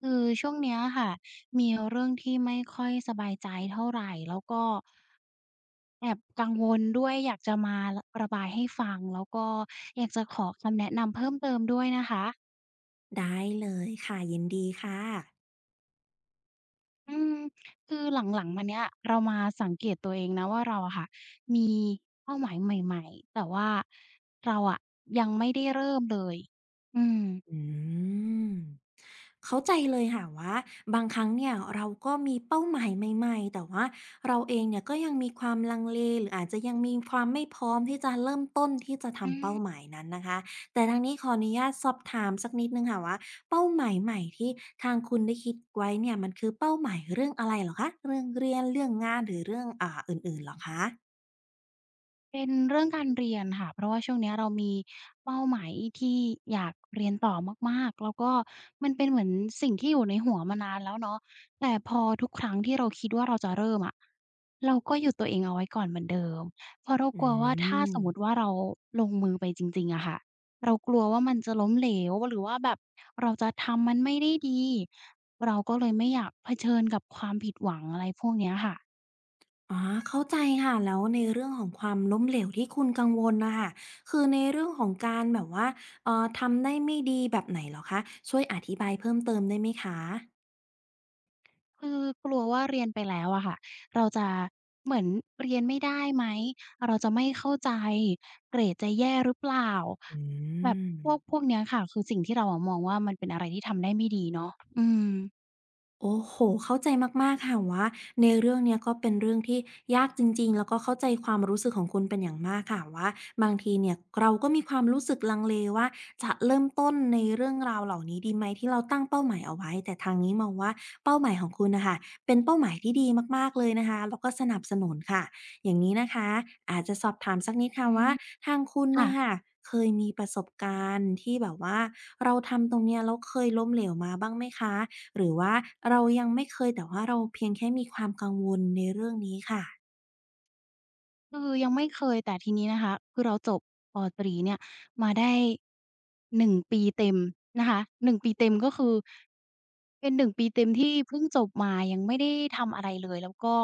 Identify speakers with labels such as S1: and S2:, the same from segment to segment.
S1: คือช่วงเนี้ยค่ะมีเรื่องที่ไม่ค่อยสบายใจเท่าไรแล้วก็แอบกังวลด้วยอยากจะมาระบายให้ฟังแล้วก็อยากจะขอคำแนะนำเพิ่มเติมด้วยนะคะ
S2: ได้เลยค่ะยินดีค่ะ
S1: อืมคือหลังๆมาเนี้ยเรามาสังเกตตัวเองนะว่าเราอะค่ะมีเป้าหมายใหม่ๆแต่ว่าเราอะยังไม่ได้เริ่มเลยอืม
S2: อืมเข้าใจเลยค่ะว่าบางครั้งเนี่ยเราก็มีเป้าหมายใหม่ๆแต่ว่าเราเองเนี่ยก็ยังมีความลังเลหรืออาจจะยังมีความไม่พร้อมที่จะเริ่มต้นที่จะ
S1: อื
S2: ทำ
S1: ม
S2: เป้าหมายนั้นนะคะแต่ทางนี้ขออนุญาตสอบถามสักนิดนึงค่ะว่าเป้าหมายใหม่ที่ทางคุณได้คิดไว้เนี่ยมันคือเป้าหมายเรื่องอะไรเหรอคะเรื่องเรียนเรื่องงานหรือเรื่องอื่นๆเหรอคะ
S1: เป็นเรื่องการเรียนค่ะเพราะว่าช่วงเนี้ยเรามีเป้าหมายที่อยากเรียนต่อมากๆแล้วก็มันเป็นเหมือนสิ่งที่อยู่ในหัวมานานแล้วเนาะแต่พอทุกครั้งที่เราคิดว่าเราจะเริ่มอะเราก็หยุดตัวเองเอาไว้ก่อนเหมือนเดิมเพราะเรา
S2: อื
S1: กลัวว่าถ้า
S2: ม
S1: สมมุติว่าเราลงมือไปจริงๆอะค่ะเรากลัวว่ามันจะล้มเหลวหรือว่าแบบเราจะทำมันไม่ได้ดีเราก็เลยไม่อยากเผชิญกับความผิดหวังอะไรพวกเนี้ยค่ะ
S2: อ๋อเข้าใจค่ะแล้วในเรื่องของความล้มเหลวที่คุณกังวลน่ะค่ะคือในเรื่องของการแบบว่าทำได้ไม่ดีแบบไหนเหรอคะช่วยอธิบายเพิ่มเติมได้ไหมคะ
S1: คือกลัวว่าเรียนไปแล้วอะค่ะเราจะเหมือนเรียนไม่ได้ไหมเราจะไม่เข้าใจเกรดจะแย่หรือเปล่า
S2: อื
S1: แบบ
S2: ม
S1: พวกเนี้ยค่ะคือสิ่งที่เราอะมองว่ามันเป็นอะไรที่ทำได้ไม่ดีเนาะอืม
S2: โอ้โฮเข้าใจมากๆค่ะว่าในเรื่องเนี้ยก็เป็นเรื่องที่ยากจริงๆ แล้วก็เข้าใจความรู้สึกของคุณเป็นอย่างมากค่ะว่าบางทีเนี่ยเราก็มีความรู้สึกลังเลว่าจะเริ่มต้นในเรื่องราวเหล่านี้ดีไหมที่เราตั้งเป้าหมายเอาไว้แต่ทางนี้มองว่าเป้าหมายของคุณน่ะค่ะเป็นเป้าหมายที่ดีมากๆเลยนะคะแล้วก็สนับสนุนค่ะอย่างนี้นะคะอาจจะสอบถามสักนิดค่ะ
S1: อื
S2: ว่า
S1: ม
S2: ทางคุณน่ะค่ะ
S1: ค่ะ
S2: เคยมีประสบการณ์ที่แบบว่าเราทำตรงเนี้ยแล้วเคยล้มเหลวมาบ้างไหมคะ หรือว่าเรายังไม่เคยแต่ว่าเราเพียงแค่มีความกังวลในเรื่องนี้ค่ะ
S1: คือยังไม่เคยแต่ทีนี้นะคะคือเราจบปตรีเนี่ยมาได้หนึ่งปีเต็มนะคะหนงปีเต็มก็คือเป็นหนึ่งปีเต็มที่เพิ่งจบมายังไม่ได้ทำอะไรเลยแล้วก็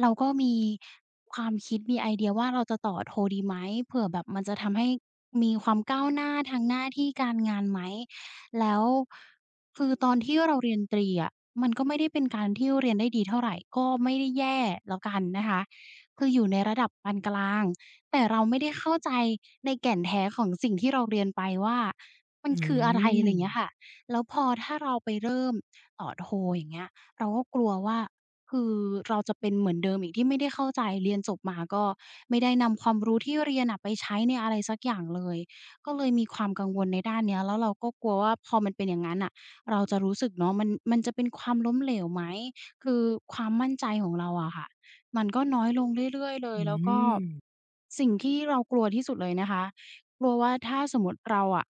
S1: เราก็มีความคิดมีไอเดียว่าเราจะต่อโทดีไหมเผื่อแบบมันจะทำให้มีความก้าวหน้าทางหน้าที่การงานไหมแล้วคือตอนที่เราเรียนตรีอะมันก็ไม่ได้เป็นการที่เรียนได้ดีเท่าไรก็ไม่ได้แย่แล้วกันนะคะ คืออยู่ในระดับปานกลางแต่เราไม่ได้เข้าใจในแก่นแท้ของสิ่งที่เราเรียนไปว่ามัน
S2: อื
S1: คืออะไร
S2: ม
S1: อะไรอย่างเงี้ยค่ะแล้วพอถ้าเราไปเริ่มต่อโทอย่างเงี้ยเราก็กลัวว่าคือเราจะเป็นเหมือนเดิมอีกที่ไม่ได้เข้าใจเรียนจบมาก็ไม่ได้นำความรู้ที่เรียนน่ะไปใช้ในอะไรสักอย่างเลยก็เลยมีความกังวลในด้านเนี้ยแล้วเราก็กลัวว่าพอมันเป็นอย่างงั้นน่ะเราจะรู้สึกเนาะมันจะเป็นความล้มเหลวไหมคือความมั่นใจของเราอะค่ะ มันก็น้อยลงเรื่อยๆเลย
S2: อื
S1: แล้วก็
S2: ม
S1: สิ่งที่เรากลัวที่สุดเลยนะคะกลัวว่าถ้าสมมติเราอะ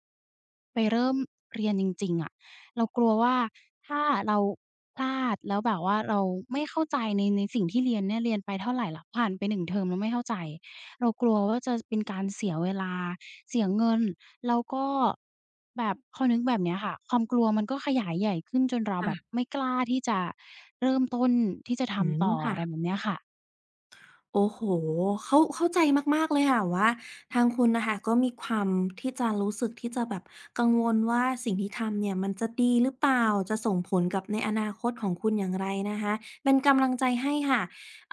S1: ไปเริ่มเรียนจริงๆอะเรากลัวว่าถ้าเราพลาดแล้วแบบว่าเราไม่เข้าใจในสิ่งที่เรียนเนี่ยเรียนไปเท่าไหร่ละผ่านไปนหนึ่งเทอมแล้วไม่เข้าใจเรากลัวว่าจะเป็นการเสียเวลาเสียเงินแล้วก็แบบพอนึกแบบเนี้ยค่ะความกลัวมันก็ขยายใหญ่ขึ้นจนเรา
S2: ค่ะ
S1: แบบไม่กล้าที่จะเริ่มต้นที่จะ
S2: อื
S1: ทำ
S2: ม
S1: ต่อ
S2: ค่ะ
S1: อะไรแบบเนี้ยค่ะ
S2: โอ้โฮเข้าใจมากๆเลยค่ะว่าทางคุณน่ะค่ะก็มีความที่จะรู้สึกที่จะแบบกังวลว่าสิ่งที่ทำเนี่ยมันจะดีหรือเปล่าจะส่งผลกับในอนาคตของคุณอย่างไรนะคะเป็นกำลังใจให้ค่ะ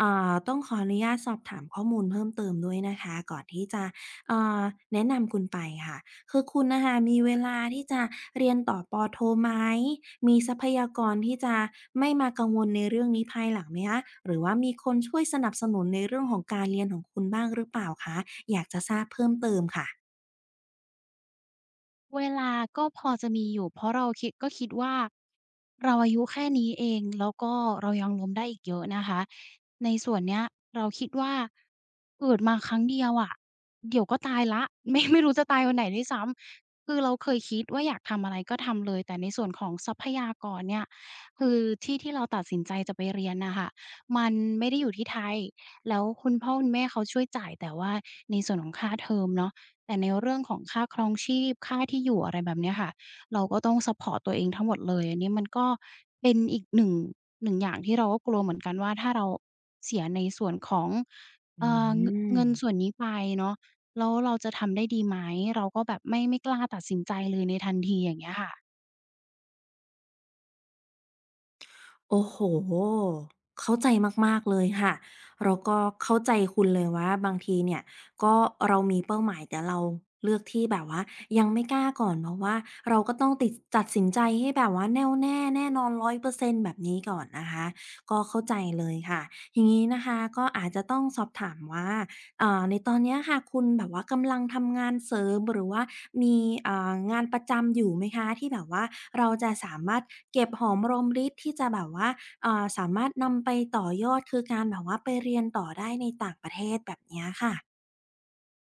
S2: ต้องขออนุญาตสอบถามข้อมูลเพิ่มเติมด้วยนะคะก่อนที่จะเอ่อแนะนำคุณไปค่ะ คือคุณนะคะมีเวลาที่จะเรียนต่อปโทไหมมีทรัพยากรที่จะไม่มากังวลในเรื่องนี้ภายหลังไหมคะหรือว่ามีคนช่วยสนับสนุนในเรื่องของการเรียนของคุณบ้างหรือเปล่าคะอยากจะทราบเพิ่มเติมค่ะ
S1: เวลาก็พอจะมีอยู่เพราะเราคิดก็คิดว่าเราอายุแค่นี้เองแล้วก็เรายังล้มได้อีกเยอะนะคะในส่วนเนี้ยเราคิดว่าเกิดมาครั้งเดียวอะเดี๋ยวก็ตายแล้ว ไม่รู้จะตายวันไหนด้วยซ้ำคือเราเคยคิดว่าอยากทำอะไรก็ทำเลยแต่ในส่วนของทรัพยากรเนี่ยคือที่ที่เราตัดสินใจจะไปเรียนน่ะค่ะมันไม่ได้อยู่ที่ไทยแล้วคุณพ่อคุณแม่เขาช่วยจ่ายแต่ว่าในส่วนของค่าเทอมเนาะ แต่ในเรื่องของค่าครองชีพค่าที่อยู่อะไรแบบเนี้ยค่ะเราก็ต้องซัปพอร์ตตัวเองทั้งหมดเลยอันนี้มันก็เป็นอีก หนึ่งอย่างที่เราก็กลัวเหมือนกันว่าถ้าเราเสียในส่วนของ
S2: อื
S1: เงอะเงินส่วน
S2: ม
S1: นี้ไปเนาะแล้วเราจะทำได้ดีไหมเราก็แบบไม่กล้าตัดสินใจเลยในทันทีอย่างเงี้ยค่ะ
S2: โอ้โหเข้าใจมากๆเลยค่ะแล้วก็เข้าใจคุณเลยว่าบางทีเนี่ยก็เรามีเป้าหมายแต่เราเลือกที่แบบว่ายังไม่กล้าก่อนเพราะว่าเราก็ต้องตัดสินใจให้แบบว่าแน่วแน่แน่นอน100%แบบนี้ก่อนนะคะก็เข้าใจเลยค่ะอย่างงี้นะคะก็อาจจะต้องสอบถามว่าในตอนเนี้ยค่ะคุณแบบว่ากำลังทำงานเสริมหรือว่า มีงานประจำอยู่ไหมคะที่แบบว่าเราจะสามารถเก็บหอมรอมริบที่จะแบบว่าสามารถนำไปต่อยอดคือการแบบว่าไปเรียนต่อได้ในต่างประเทศแบบเนี้ยค่ะ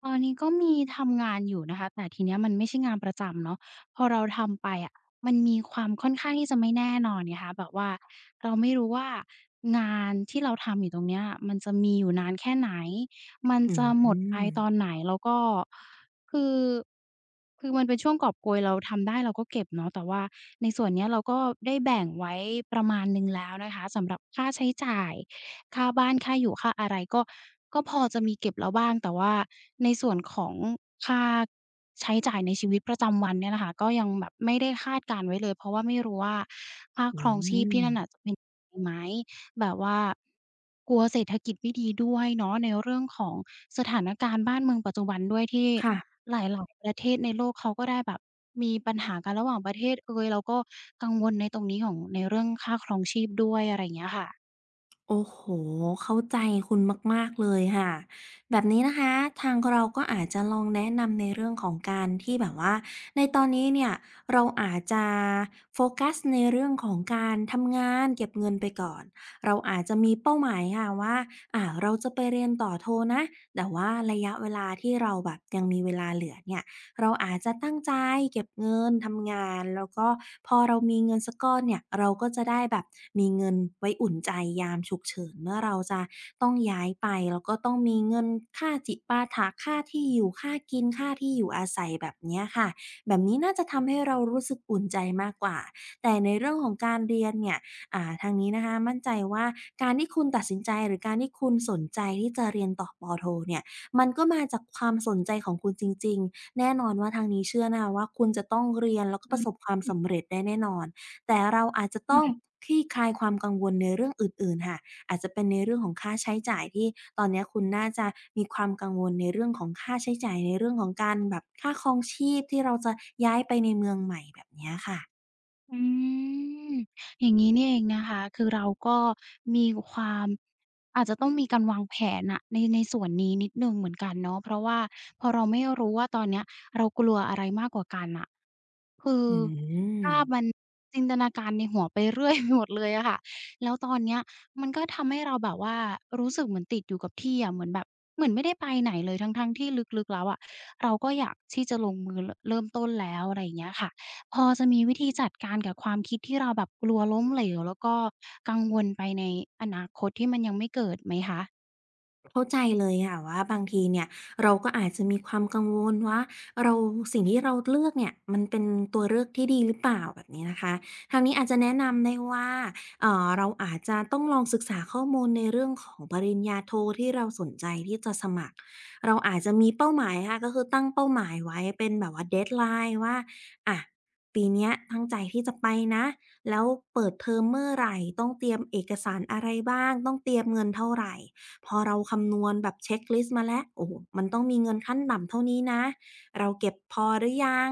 S1: ตอนนี้ก็มีทำงานอยู่นะคะแต่ทีเนี้ยมันไม่ใช่งานประจำเนาะพอเราทำไปอะมันมีความค่อนข้างที่จะไม่แน่นอนไงคะแบบว่าเราไม่รู้ว่างานที่เราทำอยู่ตรงเนี้ยมันจะมีอยู่นานแค่ไหนมัน
S2: อื
S1: จะหมดไปตอ
S2: ม
S1: นไหนแล้วก็คือคือมันเป็นช่วงกอบโกยเราทำได้เราก็เก็บเนาะแต่ว่าในส่วนเนี้ยเราก็ได้แบ่งไว้ประมาณหนึ่งแล้วนะคะสำหรับค่าใช้จ่าย ค่าบ้านค่าอยู่ค่าอะไรก็พอจะมีเก็บแล้วบ้างแต่ว่าในส่วนของค่าใช้จ่ายในชีวิตประจำวันเนี่ยนะคะก็ยังแบบไม่ได้คาดการณ์ไว้เลยเพราะว่าไม่รู้ว่าค่า
S2: อื
S1: ครองชีพ
S2: ม
S1: ที่นั่นน่ะจะเป็น ไหมแบบว่ากลัวเศรษฐกิจไม่ดีด้วยเนาะในเรื่องของสถานการณ์บ้านเมืองปัจจุบันด้วยที่
S2: ค่ะ
S1: หลายๆประเทศในโลกเขาก็ได้แบบมีปัญหากันระหว่างประเทศเอยแล้วก็กังวลในตรงนี้ของในเรื่องค่าครองชีพด้วยอะไรอย่างเงี้ยค่ะ
S2: โอ้โห เข้าใจคุณมากๆเลยค่ะแบบนี้นะคะทางเราก็อาจจะลองแนะนำในเรื่องของการที่แบบว่าในตอนนี้เนี่ยเราอาจจะโฟกัสในเรื่องของการทำงานเก็บเงินไปก่อนเราอาจจะมีเป้าหมายค่ะว่าเราจะไปเรียนต่อโทนะแต่ว่าระยะเวลาที่เราแบบยังมีเวลาเหลือเนี่ย เราอาจจะตั้งใจเก็บเงินทำงานแล้วก็พอเรามีเงินสักก้อนเนี่ยเราก็จะได้แบบมีเงินไว้อุ่นใจยามฉุกเฉินเมื่อเราจะต้องย้ายไปแล้วก็ต้องมีเงินค่าจิปาถะค่าที่อยู่ค่ากินค่าที่อยู่อาศัยแบบเนี้ยค่ะแบบนี้น่าจะทำให้เรารู้สึกอุ่นใจมากกว่าแต่ในเรื่องของการเรียนเนี่ยทางนี้นะคะมั่นใจว่าการที่คุณตัดสินใจหรือการที่คุณสนใจที่จะเรียนต่อปโทเนี่ยมันก็มาจากความสนใจของคุณจริงๆ แน่นอนว่าทางนี้เชื่อนะคะว่าคุณจะต้องเรียนแล้วก็
S1: อื
S2: ประสบความ
S1: ม
S2: สำเร็จได้แน่นอนแต่เราอาจจะต้องคลี่คลายความกังวลในเรื่องอื่นๆค่ะอาจจะเป็นในเรื่องของค่าใช้จ่ายที่ตอนเนี้ยคุณน่าจะมีความกังวลในเรื่องของค่าใช้จ่ายในเรื่องของการแบบค่าครองชีพที่เราจะย้ายไปในเมืองใหม่แบบเนี้ยค่ะ
S1: อืมอย่างนี้นี่เองนะคะคือเราก็มีความอาจจะต้องมีการวางแผนนะในส่วนนี้นิดหนึ่งเหมือนกันเนาะเพราะว่าพอเราไม่รู้ว่าตอนเนี้ยเรากลัวอะไรมากกว่ากันน่ะคือ
S2: อื
S1: ภาพมัน
S2: ม
S1: จินตนาการในหัวไปเรื่อยไปหมดเลยอะค่ะแล้วตอนเนี้ยมันก็ทำให้เราแบบว่ารู้สึกเหมือนติดอยู่กับที่อะเหมือนแบบเหมือนไม่ได้ไปไหนเลยทั้งๆที่ลึกๆแล้วอะเราก็อยากที่จะลงมือรเริ่มต้นแล้วอะไรอย่างเงี้ยค่ะ พอจะมีวิธีจัดการกับความคิดที่เราแบบกลัวล้มเหลวแล้วก็กังวลไปในอนาคตที่มันยังไม่เกิดไหมคะ
S2: เข้าใจเลยค่ะว่าบางทีเนี่ยเราก็อาจจะมีความกังวลว่าเราสิ่งที่เราเลือกเนี่ยมันเป็นตัวเลือกที่ดีหรือเปล่าแบบนี้นะคะทางนี้อาจจะแนะนำได้ว่าเราอาจจะต้องลองศึกษาข้อมูลในเรื่องของปริญญาโทที่เราสนใจที่จะสมัครเราอาจจะมีเป้าหมายค่ะก็คือตั้งเป้าหมายไว้เป็นแบบว่า deadline ว่าอะปีเนี้ยตั้งใจที่จะไปนะแล้วเปิดเทอมเมื่อไรต้องเตรียมเอกสารอะไรบ้างต้องเตรียมเงินเท่าไร พอเราคำนวณแบบเช็คลิสต์มาแล้วโอ้โฮมันต้องมีเงินขั้นต่ำเท่านี้นะเราเก็บพอหรือยัง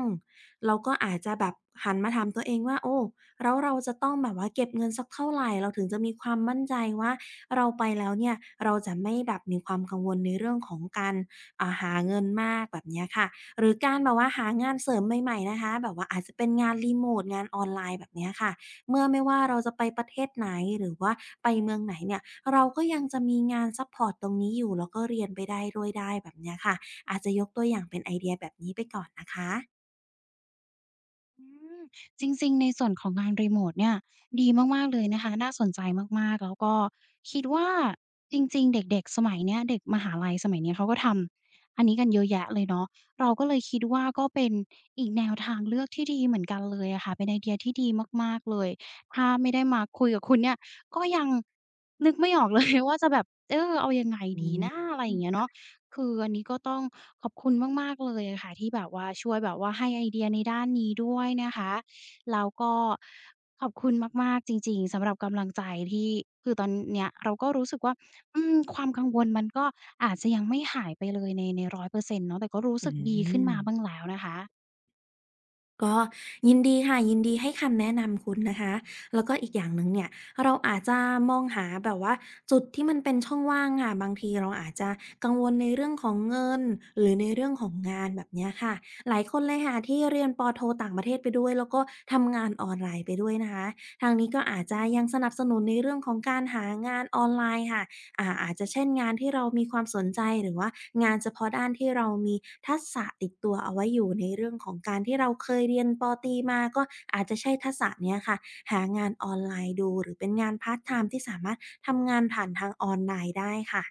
S2: เราก็อาจจะแบบหันมาถามตัวเองว่าโอ้แล้วเราจะต้องแบบว่าเก็บเงินสักเท่าไรเราถึงจะมีความมั่นใจว่าเราไปแล้วเนี่ยเราจะไม่แบบมีความกังวลในเรื่องของการหาเงินมากแบบเนี้ยค่ะหรือการแบบว่าหางานเสริมใหม่ๆนะคะแบบว่าอาจจะเป็นงานรีโมตงานออนไลน์แบบเนี้ยค่ะเมื่อไม่ว่าเราจะไปประเทศไหนหรือว่าไปเมืองไหนเนี่ย เราก็ยังจะมีงานซัพพอร์ตตรงนี้อยู่แล้วก็เรียนไปได้ด้วยได้แบบเนี้ยค่ะอาจจะยกตัวอย่างเป็นไอเดียแบบนี้ไปก่อนนะคะ
S1: อืมจริงๆในส่วนของงานรีโมทเนี่ยดีมากๆเลยนะคะน่าสนใจมากๆแล้วก็คิดว่าจริงๆเด็กๆสมัยเนี้ยเด็กมหาลัยสมัยเนี้ยเขาก็ทำอันนี้กันเยอะแยะเลยเนาะเราก็เลยคิดว่าก็เป็นอีกแนวทางเลือกที่ดีเหมือนกันเลยอะค่ะเป็นไอเดียที่ดีมากๆเลยถ้าไม่ได้มาคุยกับคุณเนี่ยก็ยังนึกไม่ออกเลย ว่าจะแบบเออเอายังไง
S2: อื
S1: ดีนะ
S2: ม
S1: อะไรอย่างเงี้ยเนาะ คืออันนี้ก็ต้องขอบคุณมากๆเลยอะค่ะที่แบบว่าช่วยแบบว่าให้ไอเดียในด้านนี้ด้วยนะคะแล้วก็ขอบคุณมากๆจริงๆสำหรับกำลังใจที่คือตอนเนี้ยเราก็รู้สึกว่าอืมความกังวลมันก็อาจจะยังไม่หายไปเลยใน100%เปอร์เซ็นต์เนาะแต่ก็รู้
S2: อื
S1: สึกดีขึ้น
S2: ม
S1: มาบ้างแล้วนะคะ
S2: ก็ยินดีค่ะยินดีให้คำแนะนำคุณนะคะแล้วก็อีกอย่างหนึ่งเนี่ยเราอาจจะมองหาแบบว่าจุดที่มันเป็นช่องว่างค่ะบางทีเราอาจจะกังวลในเรื่องของเงินหรือในเรื่องของงานแบบเนี้ยค่ะหลายคนเลยค่ะที่เรียนปอโทต่างประเทศไปด้วยแล้วก็ทำงานออนไลน์ไปด้วยนะคะทางนี้ก็อาจจะยังสนับสนุนในเรื่องของการหางานออนไลน์ค่ะ อาจจะเช่นงานที่เรามีความสนใจหรือว่างานเฉพาะด้านที่เรามีทักษะติดตัวเอาไว้อยู่ในเรื่องของการที่เราเคยเรียนปอตรีมาก็อาจจะใช้ทักษะเนี้ยค่ะหางานออนไลน์ดูหรือเป็นงานพาร์ทไทม์ที่สามารถทำงานผ่านทางออนไลน์ได้ค่ะ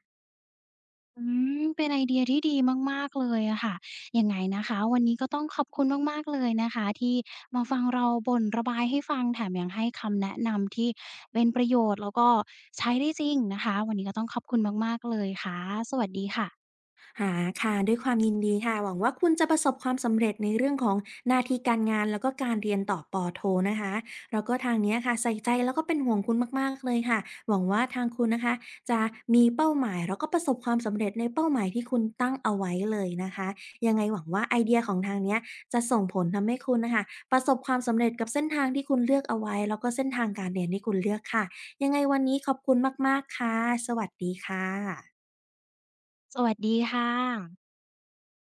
S1: อืมเป็นไอเดียที่ดีมากๆเลยอะค่ะยังไงนะคะวันนี้ก็ต้องขอบคุณมากๆเลยนะคะที่มาฟังเราบ่นระบายให้ฟังแถมยังให้คำแนะนำที่เป็นประโยชน์แล้วก็ใช้ได้จริงนะคะวันนี้ก็ต้องขอบคุณมากๆเลยค่ะสวัสดีค่ะ
S2: หาค่ะด้วยความยินดีค่ะหวังว่าคุณจะประสบความสำเร็จในเรื่องของหน้าที่การงานแล้วก็การเรียนต่อปอโทนะคะแล้วก็ทางเนี้ยค่ะใส่ใจแล้วก็เป็นห่วงคุณมากๆเลยค่ะหวังว่าทางคุณนะคะจะมีเป้าหมายแล้วก็ประสบความสำเร็จในเป้าหมายที่คุณตั้งเอาไว้เลยนะคะยังไงหวังว่าไอเดียของทางเนี้ยจะส่งผลทำให้คุณนะคะประสบความสำเร็จกับเส้นทางที่คุณเลือกเอาไว้แล้วก็เส้นทางการเรียนที่คุณเลือกค่ะยังไงวันนี้ขอบคุณมากๆค่ะ สวัสดีค่ะ
S1: สวัสดีค่ะ